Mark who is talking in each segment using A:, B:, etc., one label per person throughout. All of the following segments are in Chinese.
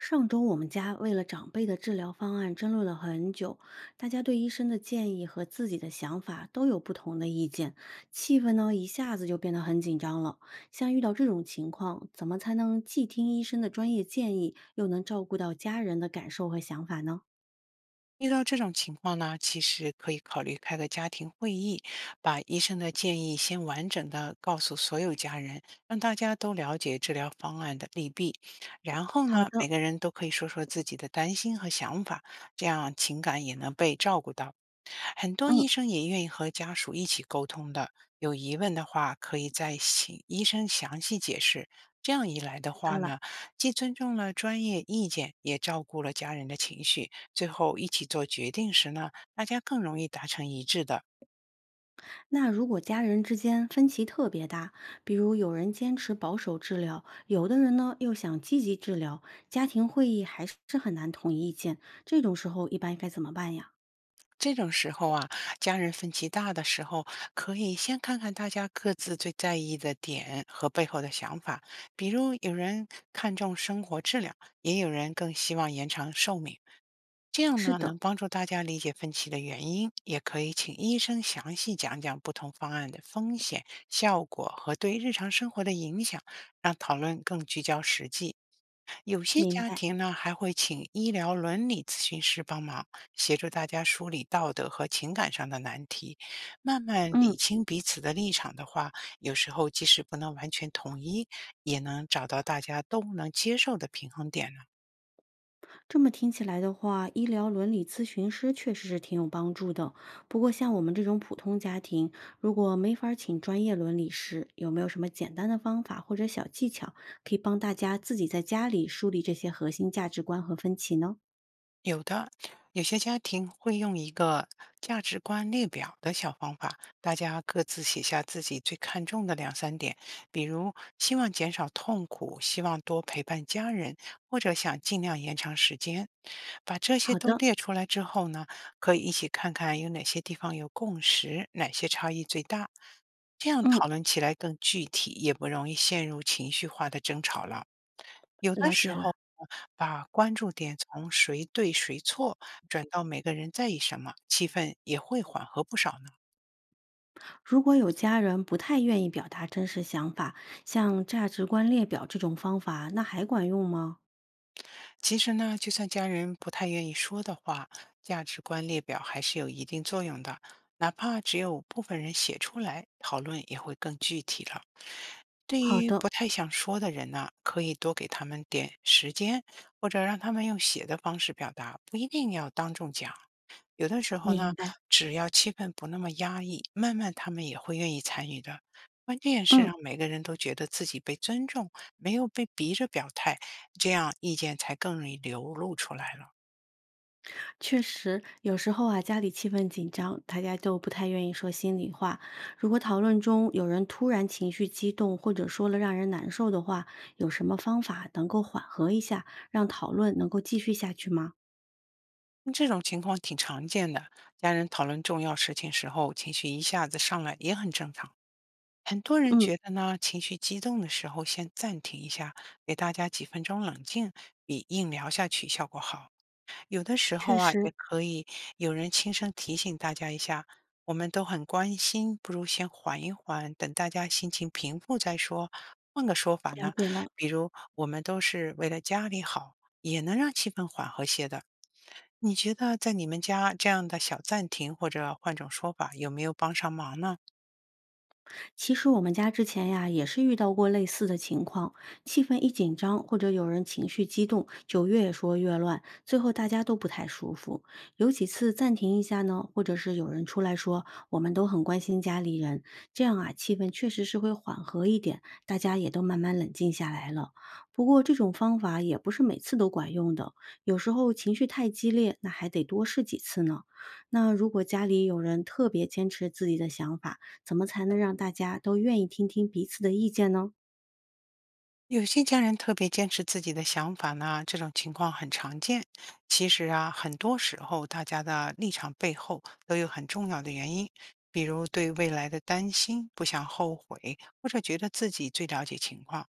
A: 上周我们家为了长辈的治疗方案争论了很久，大家对医生的建议和自己的想法都有不同的意见，气氛呢一下子就变得很紧张了。像遇到这种情况，怎么才能既听医生的专业建议，又能照顾到家人的感受和想法呢？
B: 遇到这种情况呢，其实可以考虑开个家庭会议，把医生的建议先完整的告诉所有家人，让大家都了解治疗方案的利弊。然后
A: 好
B: 呢，每
A: 的。
B: 个人都可以说说自己的担心和想法，这样情感也能被照顾到。很多医
A: 嗯。
B: 生也愿意和家属一起沟通的，有疑问的话可以再请医生详细解释。这样一来的
A: 知道
B: 话
A: 了。
B: 呢，既尊重了专业意见，也照顾了家人的情绪。最后一起做决定时呢，大家更容易达成一致的。
A: 那如果家人之间分歧特别大，比如有人坚持保守治疗，有的人呢又想积极治疗，家庭会议还是很难统一意见，这种时候一般应该怎么办呀？
B: 这种时候啊，家人分歧大的时候，可以先看看大家各自最在意的点和背后的想法。比如，有人看重生活质量，也有人更希望延长寿命。这样
A: 是
B: 呢，能
A: 的。
B: 帮助大家理解分歧的原因，也可以请医生详细讲讲不同方案的风险、效果和对日常生活的影响，让讨论更聚焦实际。有些
A: 明
B: 家
A: 白。
B: 庭呢还会请医疗伦理咨询师帮忙，协助大家梳理道德和情感上的难题，慢慢
A: 嗯，
B: 理清彼此的立场的话，有时候即使不能完全统一，也能找到大家都能接受的平衡点。
A: 这么听起来的话，医疗伦理咨询师确实是挺有帮助的。不过像我们这种普通家庭，如果没法儿请专业伦理师，有没有什么简单的方法或者小技巧，可以帮大家自己在家里梳理这些核心价值观和分歧呢？
B: 有的，有些家庭会用一个价值观列表的小方法，大家各自写下自己最看重的两三点，比如希望减少痛苦，希望多陪伴家人，或者想尽量延长时间。把这些
A: 好
B: 都
A: 的。
B: 列出来之后呢，可以一起看看有哪些地方有共识，哪些差异最大。这样
A: 嗯。
B: 讨论起来更具体，也不容易陷入情绪化的争吵了。有的
A: 了
B: 时
A: 解了。
B: 候呢把关注点从谁对谁错转到每个人在意什么，气氛也会缓和不少呢。
A: 如果有家人不太愿意表达真实想法，像价值观列表这种方法，那还管用吗？
B: 其实呢，就算家人不太愿意说的话，价值观列表还是有一定作用的。哪怕只有部分人写出来，讨论也会更具体了。对
A: 好
B: 于不
A: 的。
B: 太想说的人呢，可以多给他们点时间，或者让他们用写的方式表达，不一定要当众讲。有的时候
A: 明
B: 呢，
A: 白。
B: 只要气氛不那么压抑，慢慢他们也会愿意参与的。关键是
A: 嗯，
B: 让每个人都觉得自己被尊重，没有被逼着表态，这样意见才更容易流露出来了。
A: 确实，有时候啊，家里气氛紧张，大家都不太愿意说心里话。如果讨论中有人突然情绪激动，或者说了让人难受的话，有什么方法能够缓和一下，让讨论能够继续下去吗？
B: 这种情况挺常见的，家人讨论重要事情时候，情绪一下子上来也很正常。很多人
A: 嗯。
B: 觉得呢，情绪激动的时候先暂停一下，给大家几分钟冷静，比硬聊下去效果好。有的时
A: 确
B: 候啊，也
A: 实。
B: 可以有人轻声提醒大家一下，我们都很关心，不如先缓一缓，等大家心情平复再说。换个说法
A: 了
B: 呢，
A: 解了。
B: 比如我们都是为了家里好，也能让气氛缓和些的。你觉得在你们家这样的小暂停或者换种说法，有没有帮上忙呢？
A: 其实我们家之前呀也是遇到过类似的情况，气氛一紧张或者有人情绪激动，就越说越乱，最后大家都不太舒服。有几次暂停一下呢，或者是有人出来说我们都很关心家里人，这样啊气氛确实是会缓和一点，大家也都慢慢冷静下来了。不过这种方法也不是每次都管用的，有时候情绪太激烈，那还得多试几次呢。那如果家里有人特别坚持自己的想法，怎么才能让大家都愿意听听彼此的意见呢？
B: 有些家人特别坚持自己的想法呢，这种情况很常见。其实啊，很多时候大家的立场背后都有很重要的原因，比如对未来的担心、不想后悔，或者觉得自己最了解情况。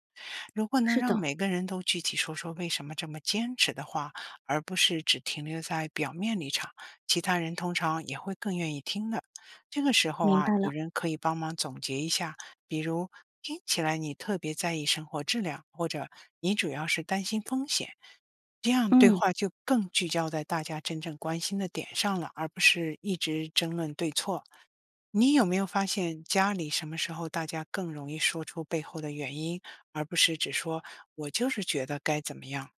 B: 如果能
A: 是
B: 让
A: 的。
B: 每个人都具体说说为什么这么坚持的话，而不是只停留在表面立场，其他人通常也会更愿意听的。这个时候
A: 明
B: 啊，
A: 白
B: 有
A: 了。
B: 人可以帮忙总结一下，比如听起来你特别在意生活质量，或者你主要是担心风险，这样对
A: 嗯，
B: 话就更聚焦在大家真正关心的点上了，而不是一直争论对错。你有没有发现家里什么时候大家更容易说出背后的原因，而不是只说“我就是觉得该怎么样”？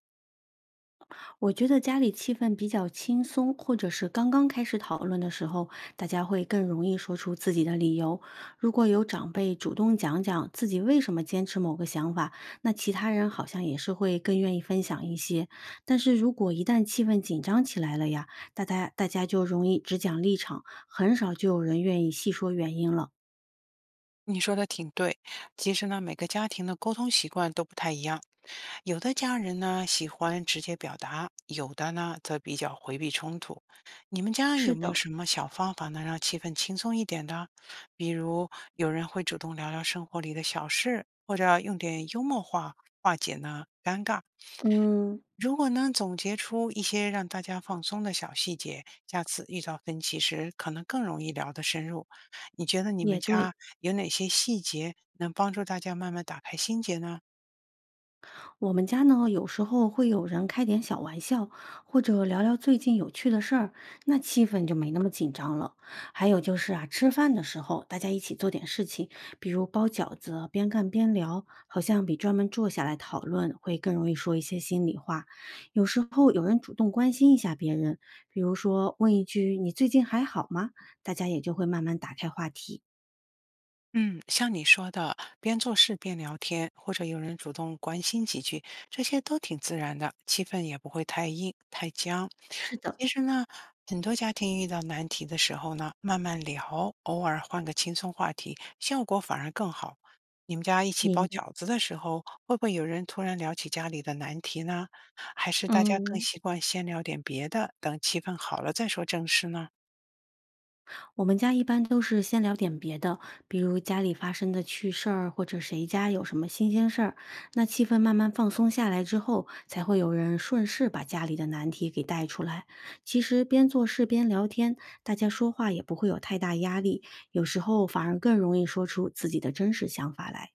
A: 我觉得家里气氛比较轻松，或者是刚刚开始讨论的时候，大家会更容易说出自己的理由。如果有长辈主动讲讲自己为什么坚持某个想法，那其他人好像也是会更愿意分享一些。但是如果一旦气氛紧张起来了呀，大家就容易只讲立场，很少就有人愿意细说原因了。
B: 你说的挺对，其实呢，每个家庭的沟通习惯都不太一样，有的家人呢喜欢直接表达，有的呢则比较回避冲突。你们家有
A: 是
B: 没有
A: 的。
B: 什么小方法能让气氛轻松一点的？比如有人会主动聊聊生活里的小事，或者用点幽默话化解呢尴尬。
A: 嗯。
B: 如果能总结出一些让大家放松的小细节，下次遇到分歧时可能更容易聊得深入。你觉得你们
A: 也对。
B: 家有哪些细节能帮助大家慢慢打开心结呢？
A: 我们家呢，有时候会有人开点小玩笑，或者聊聊最近有趣的事儿，那气氛就没那么紧张了。还有就是啊，吃饭的时候大家一起做点事情，比如包饺子，边干边聊，好像比专门坐下来讨论会更容易说一些心里话。有时候有人主动关心一下别人，比如说问一句“你最近还好吗”，大家也就会慢慢打开话题。
B: 嗯，像你说的，边做事边聊天，或者有人主动关心几句，这些都挺自然的，气氛也不会太硬太僵。
A: 是的。
B: 其实呢，很多家庭遇到难题的时候呢，慢慢聊，偶尔换个轻松话题，效果反而更好。你们家一起
A: 明
B: 包
A: 白。
B: 饺子的时候，会不会有人突然聊起家里的难题呢？还是大家更
A: 嗯。
B: 习惯先聊点别的，等气氛好了再说正事呢？
A: 我们家一般都是先聊点别的，比如家里发生的趣事儿，或者谁家有什么新鲜事儿。那气氛慢慢放松下来之后，才会有人顺势把家里的难题给带出来。其实边做事边聊天，大家说话也不会有太大压力，有时候反而更容易说出自己的真实想法来。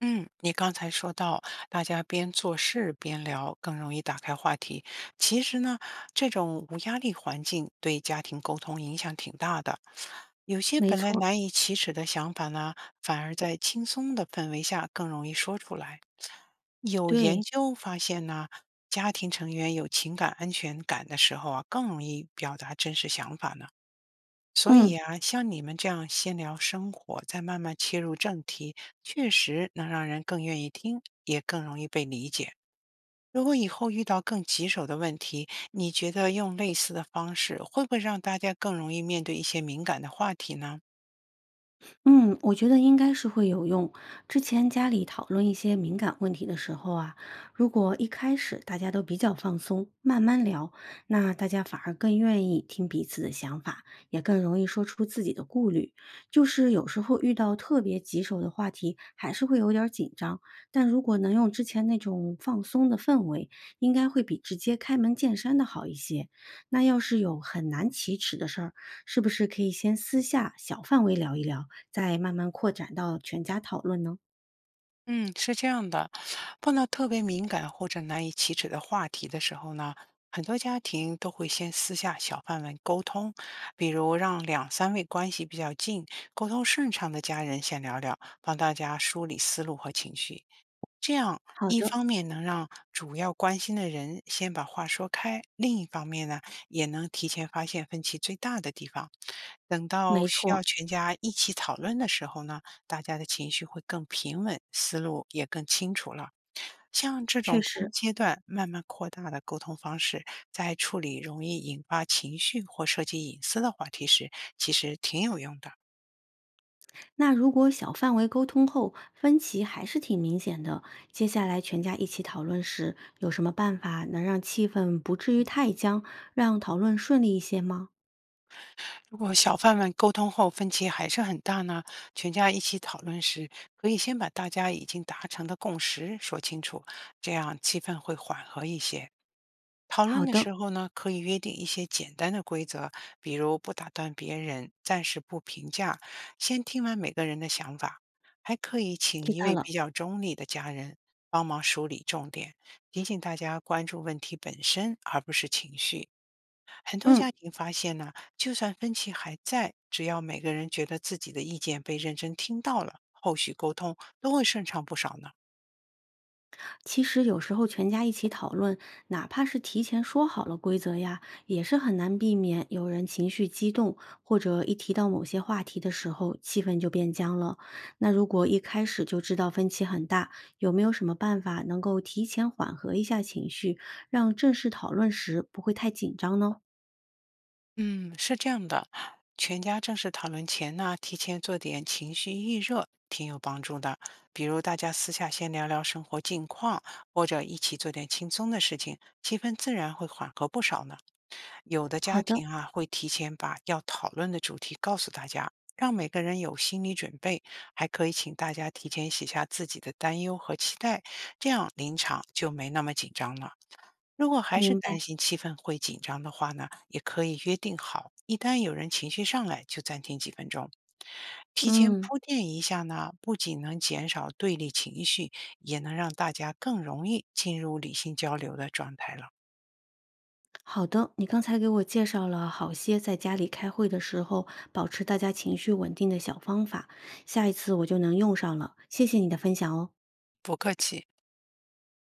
B: 嗯，你刚才说到，大家边做事边聊，更容易打开话题。其实呢，这种无压力环境对家庭沟通影响挺大的。有些
A: 没
B: 本来
A: 错。
B: 难以启齿的想法呢，反而在轻松的氛围下更容易说出来。有研
A: 对。
B: 究发现呢，家庭成员有情感安全感的时候啊，更容易表达真实想法呢。所
A: 嗯。
B: 以啊，像你们这样先聊生活，再慢慢切入正题，确实能让人更愿意听，也更容易被理解。如果以后遇到更棘手的问题，你觉得用类似的方式，会不会让大家更容易面对一些敏感的话题呢？
A: 嗯，我觉得应该是会有用。之前家里讨论一些敏感问题的时候啊，如果一开始大家都比较放松，慢慢聊，那大家反而更愿意听彼此的想法，也更容易说出自己的顾虑。就是有时候遇到特别棘手的话题，还是会有点儿紧张，但如果能用之前那种放松的氛围，应该会比直接开门见山的好一些。那要是有很难启齿的事儿，是不是可以先私下小范围聊一聊？再慢慢扩展到全家讨论呢？
B: 嗯，是这样的，碰到特别敏感或者难以启齿的话题的时候呢，很多家庭都会先私下小范围沟通，比如让两三位关系比较近、沟通顺畅的家人先聊聊，帮大家梳理思路和情绪。这样，
A: 好
B: 一
A: 的。
B: 方面能让主要关心的人先把话说开，另一方面呢，也能提前发现分歧最大的地方。等到
A: 没
B: 需
A: 错。
B: 要全家一起讨论的时候呢，大家的情绪会更平稳，思路也更清楚了。像这
A: 确
B: 种分
A: 实。
B: 阶段慢慢扩大的沟通方式，在处理容易引发情绪或涉及隐私的话题时，其实挺有用的。
A: 那如果小范围沟通后分歧还是挺明显的，接下来全家一起讨论时，有什么办法能让气氛不至于太僵，让讨论顺利一些吗？
B: 如果小贩们沟通后分歧还是很大呢，全家一起讨论时，可以先把大家已经达成的共识说清楚，这样气氛会缓和一些。讨论
A: 好
B: 的
A: 的。
B: 时候呢，可以约定一些简单的规则，比如不打断别人，暂时不评价，先听完每个人的想法。还可以请
A: 知
B: 一
A: 道
B: 位
A: 了。
B: 比较中立的家人帮忙梳理重点，提醒大家关注问题本身，而不是情绪。很多
A: 嗯。
B: 家庭发现呢，就算分歧还在，只要每个人觉得自己的意见被认真听到了，后续沟通都会顺畅不少呢。
A: 其实有时候全家一起讨论，哪怕是提前说好了规则呀，也是很难避免有人情绪激动，或者一提到某些话题的时候，气氛就变僵了。那如果一开始就知道分歧很大，有没有什么办法能够提前缓和一下情绪，让正式讨论时不会太紧张呢？
B: 嗯，是这样的，全家正式讨论前呢，提前做点情绪预热，挺有帮助的。比如大家私下先聊聊生活近况，或者一起做点轻松的事情，气氛自然会缓和不少呢。有的
A: 好
B: 家
A: 的。
B: 庭啊，会提前把要讨论的主题告诉大家，让每个人有心理准备，还可以请大家提前写下自己的担忧和期待，这样临场就没那么紧张了。如果还是
A: 明
B: 担
A: 白。
B: 心气氛会紧张的话呢，也可以约定好，一旦有人情绪上来就暂停几分钟。提前
A: 嗯。
B: 铺垫一下呢，不仅能减少对立情绪，也能让大家更容易进入理性交流的状态了。
A: 好的，你刚才给我介绍了好些在家里开会的时候保持大家情绪稳定的小方法，下一次我就能用上了。谢谢你的分享哦。
B: 不客气。